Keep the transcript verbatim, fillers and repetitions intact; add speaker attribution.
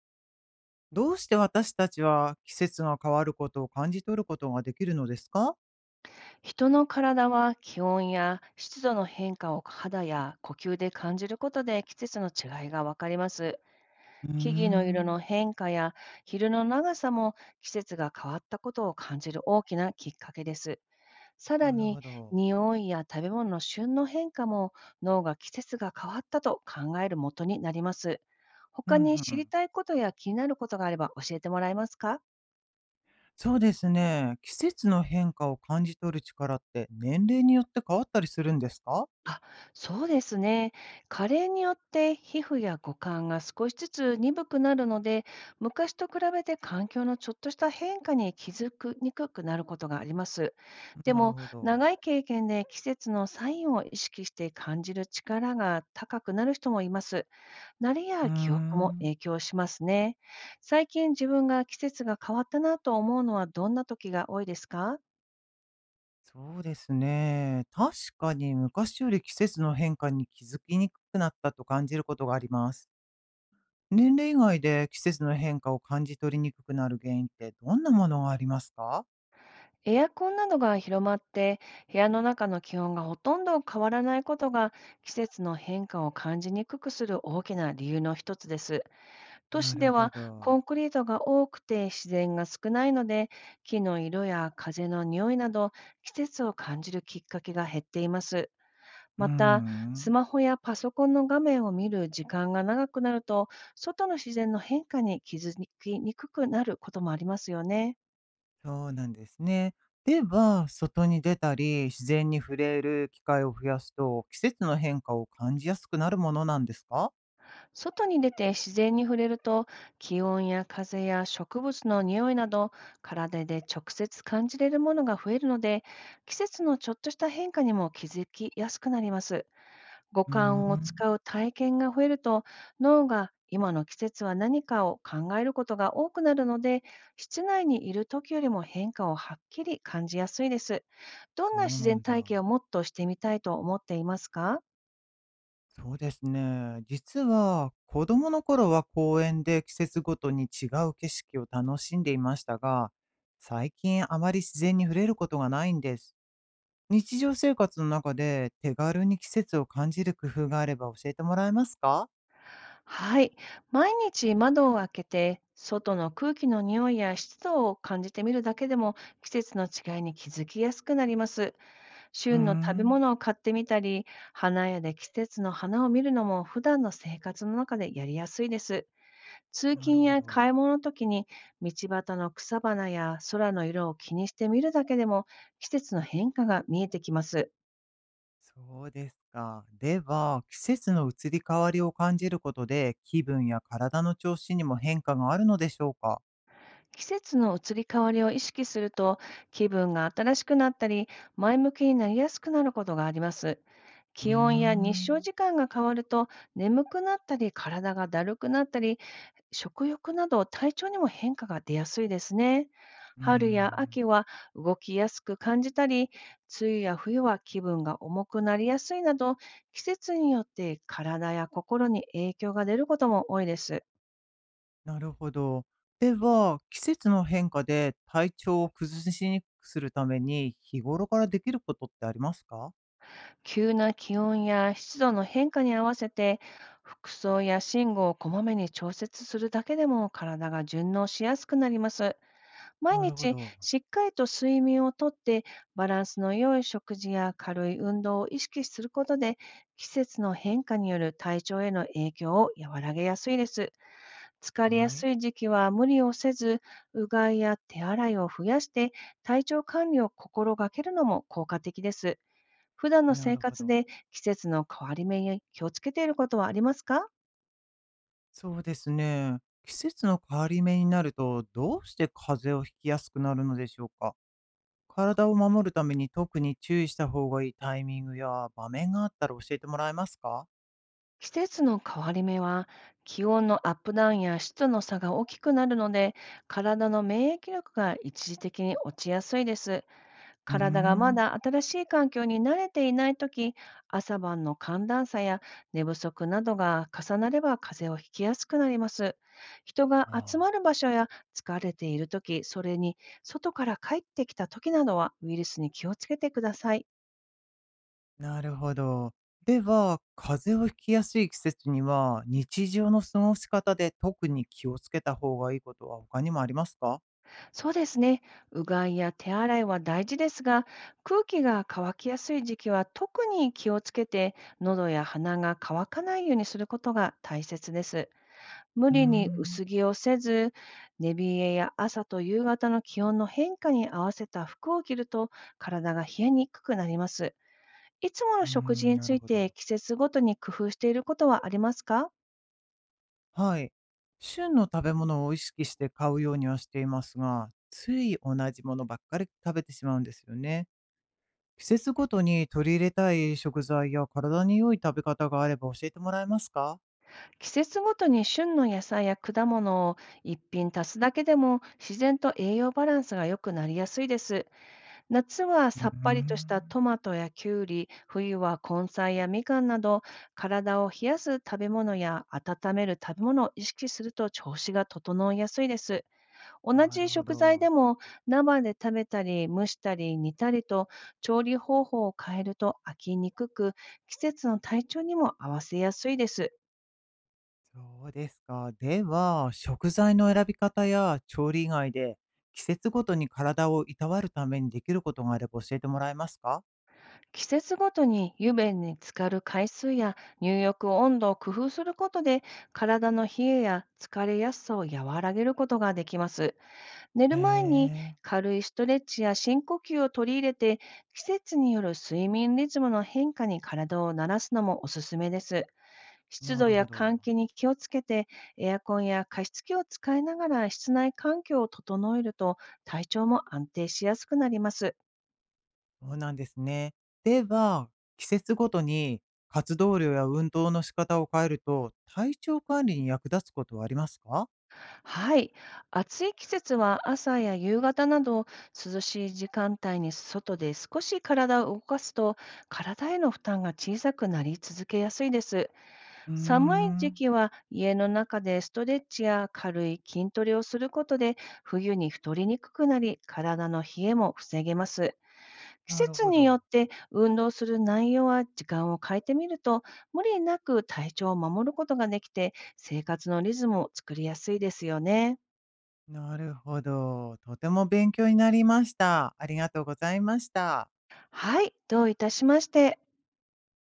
Speaker 1: どうして私たちは季節が変わることを感じ取ることができるのですか？
Speaker 2: 人の体は気温や湿度の変化を肌や呼吸で感じることで季節の違いがわかります。
Speaker 1: うー
Speaker 2: 木々の色の
Speaker 1: ん。
Speaker 2: 変化や昼の長さも季節が変わったことを感じる大きなきっかけです。さら
Speaker 1: なる
Speaker 2: に
Speaker 1: ほど。
Speaker 2: 匂いや食べ物の旬の変化も脳が季節が変わったと考える元になります。
Speaker 1: うん
Speaker 2: 他に
Speaker 1: う
Speaker 2: 知り
Speaker 1: ん。
Speaker 2: たいことや気になることがあれば教えてもらえますか？
Speaker 1: そうですね。季節の変化を感じ取る力って年齢によって変わったりするんですか？
Speaker 2: あ、そうですね。加齢によって皮膚や五感が少しずつ鈍くなるので、昔と比べて環境のちょっとした変化に気づくにくくなることがあります。で
Speaker 1: なる
Speaker 2: も、
Speaker 1: ほど。
Speaker 2: 長い経験で季節のサインを意識して感じる力が高くなる人もいます。慣れ
Speaker 1: うー
Speaker 2: や記憶も
Speaker 1: ん。
Speaker 2: 影響しますね。最近自分が季節が変わったなと思うのはどんな時が多いですか？
Speaker 1: そうですね。確かに昔より季節の変化に気づきにくくなったと感じることがあります。年齢以外で季節の変化を感じ取りにくくなる原因ってどんなものがありますか？
Speaker 2: エアコンなどが広まって、部屋の中の気温がほとんど変わらないことが、季節の変化を感じにくくする大きな理由のひとつです。都
Speaker 1: な
Speaker 2: 市
Speaker 1: る
Speaker 2: で
Speaker 1: ほ
Speaker 2: は
Speaker 1: ど。
Speaker 2: コンクリートが多くて自然が少ないので、木の色や風の匂いなど、季節を感じるきっかけが減っています。
Speaker 1: うー
Speaker 2: また、ス
Speaker 1: ん、
Speaker 2: マホやパソコンの画面を見る時間が長くなると、外の自然の変化に気づきにくくなることもありますよね。
Speaker 1: そうなんですね。では、外に出たり、自然に触れる機会を増やすと、季節の変化を感じやすくなるものなんですか？
Speaker 2: 外に出て自然に触れると、気温や風や植物の匂いなど体で直接感じれるものが増えるので、季節のちょっとした変化にも気づきやすくなります。五
Speaker 1: うー
Speaker 2: 感を
Speaker 1: ん、
Speaker 2: 使う体験が増えると、脳が今の季節は何かを考えることが多くなるので、室内にいる時よりも変化をはっきり感じやすいです。どん
Speaker 1: そ
Speaker 2: な
Speaker 1: う
Speaker 2: 自
Speaker 1: な
Speaker 2: 然
Speaker 1: ん
Speaker 2: 体験を
Speaker 1: だ。
Speaker 2: もっとしてみたいと思っていますか？
Speaker 1: そうですね。実は、子供の頃は公園で季節ごとに違う景色を楽しんでいましたが、最近あまり自然に触れることがないんです。日常生活の中で手軽に季節を感じる工夫があれば教えてもらえますか？
Speaker 2: はい。毎日窓を開けて、外の空気の匂いや湿度を感じてみるだけでも、季節の違いに気づきやすくなります。
Speaker 1: うー
Speaker 2: 旬の食べ
Speaker 1: ん。
Speaker 2: 物を買ってみたり、花屋で季節の花を見るのも、普段の生活の中でやりやすいです。通
Speaker 1: なる
Speaker 2: 勤
Speaker 1: ほ
Speaker 2: や
Speaker 1: ど。
Speaker 2: 買い物の時に、道端の草花や空の色を気にしてみるだけでも、季節の変化が見えてきます。
Speaker 1: そうですか。では、季節の移り変わりを感じることで、気分や体の調子にも変化があるのでしょうか？
Speaker 2: 季節の移り変わりを意識すると、気分が新しくなったり前向きになりやすくなることがあります。
Speaker 1: うー
Speaker 2: 気温や日照
Speaker 1: ん、
Speaker 2: 時間が変わると、眠くなったり体がだるくなったり、食欲など体調にも変化が出やすいですね。
Speaker 1: うー
Speaker 2: 春や
Speaker 1: ん、
Speaker 2: 秋は動きやすく感じたり、梅雨や冬は気分が重くなりやすいなど、季節によって体や心に影響が出ることも多いです。
Speaker 1: なるほど。では、季節の変化で体調を崩しにくくするために、日頃からできることってありますか？
Speaker 2: 急な気温や湿度の変化に合わせて、服装や寝具をこまめに調節するだけでも体が順応しやすくなります。毎
Speaker 1: なるほ
Speaker 2: 日
Speaker 1: ど。
Speaker 2: しっかりと睡眠をとって、バランスの良い食事や軽い運動を意識することで、季節の変化による体調への影響を和らげやすいです。疲れや
Speaker 1: はい。
Speaker 2: すい時期は無理をせず、うがいや手洗いを増やして、体調管理を心がけるのも効果的です。普段の
Speaker 1: な
Speaker 2: 生
Speaker 1: るほ
Speaker 2: 活
Speaker 1: ど。
Speaker 2: で季節の変わり目に気をつけていることはありますか？
Speaker 1: そうですね。季節の変わり目になると、どうして風邪をひきやすくなるのでしょうか？体を守るために特に注意した方がいいタイミングや場面があったら教えてもらえますか？
Speaker 2: 季節の変わり目は気温のアップダウンや湿度の差が大きくなるので、体の免疫力が一時的に落ちやすいです。
Speaker 1: うー
Speaker 2: 体がま
Speaker 1: ん。
Speaker 2: だ新しい環境に慣れていないとき、朝晩の寒暖差や寝不足などが重なれば風邪をひきやすくなります。人が集
Speaker 1: あ
Speaker 2: ま
Speaker 1: あ、
Speaker 2: る場所や疲れているとき、それに外から帰ってきたときなどはウイルスに気をつけてください。
Speaker 1: なるほど。では、風邪をひきやすい季節には、日常の過ごし方で特に気をつけた方がいいことは他にもありますか？
Speaker 2: そうですね。うがいや手洗いは大事ですが、空気が乾きやすい時期は特に気をつけて、喉や鼻が乾かないようにすることが大切です。無
Speaker 1: うー
Speaker 2: 理に
Speaker 1: ん。
Speaker 2: 薄着をせず、寝冷えや朝と夕方の気温の変化に合わせた服を着ると、体が冷えにくくなります。いつも
Speaker 1: う
Speaker 2: の
Speaker 1: ー
Speaker 2: 食事
Speaker 1: ん、
Speaker 2: に
Speaker 1: な
Speaker 2: つ
Speaker 1: る
Speaker 2: い
Speaker 1: ほ
Speaker 2: て
Speaker 1: ど。
Speaker 2: 季節ごとに工夫していることはありますか？
Speaker 1: はい。旬の食べ物を意識して買うようにはしていますが、つい同じものばっかり食べてしまうんですよね。季節ごとに取り入れたい食材や体に良い食べ方があれば教えてもらえますか？
Speaker 2: 季節ごとに旬の野菜や果物をいっぴん足すだけでも自然と栄養バランスが良くなりやすいです。夏は
Speaker 1: うー
Speaker 2: さっぱりとした
Speaker 1: ん。
Speaker 2: トマトやキュウリ、冬は根菜やみかんなど、体を冷やす食べ物や温める食べ物を意識すると調子が整いやすいです。同
Speaker 1: なる
Speaker 2: じ
Speaker 1: ほ
Speaker 2: 食材
Speaker 1: ど。
Speaker 2: でも生で食べたり蒸したり煮たりと、調理方法を変えると飽きにくく、季節の体調にも合わせやすいです。
Speaker 1: そうですか。では、食材の選び方や調理以外で、季節ごとに体をいたわるためにできることがあれば教えてもらえますか？
Speaker 2: 季節ごとに湯船に浸かる回数や入浴温度を工夫することで、体の冷えや疲れやすさを和らげることができます。寝
Speaker 1: へ
Speaker 2: る前に
Speaker 1: え。
Speaker 2: 軽いストレッチや深呼吸を取り入れて、季節による睡眠リズムの変化に体を慣らすのもおすすめです。湿
Speaker 1: な
Speaker 2: 度
Speaker 1: る
Speaker 2: や
Speaker 1: ほど。
Speaker 2: 換気に気をつけて、エアコンや加湿器を使いながら室内環境を整えると体調も安定しやすくなります。
Speaker 1: そうなんですね。では、季節ごとに活動量や運動の仕方を変えると、体調管理に役立つことはありますか？
Speaker 2: はい。暑い季節は朝や夕方など涼しい時間帯に外で少し体を動かすと、体への負担が小さくなり続けやすいです。
Speaker 1: うー
Speaker 2: 寒い時
Speaker 1: ん。
Speaker 2: 期は家の中でストレッチや軽い筋トレをすることで、冬に太りにくくなり体の冷えも防げます。
Speaker 1: な
Speaker 2: 季
Speaker 1: る
Speaker 2: 節
Speaker 1: ほ
Speaker 2: によ
Speaker 1: ど。
Speaker 2: って運動する内容は時間を変えてみると、無理なく体調を守ることができて生活のリズムを作りやすいですよね。
Speaker 1: なるほど。とても勉強になりました。ありがとうございました。
Speaker 2: はい、どういたしまして。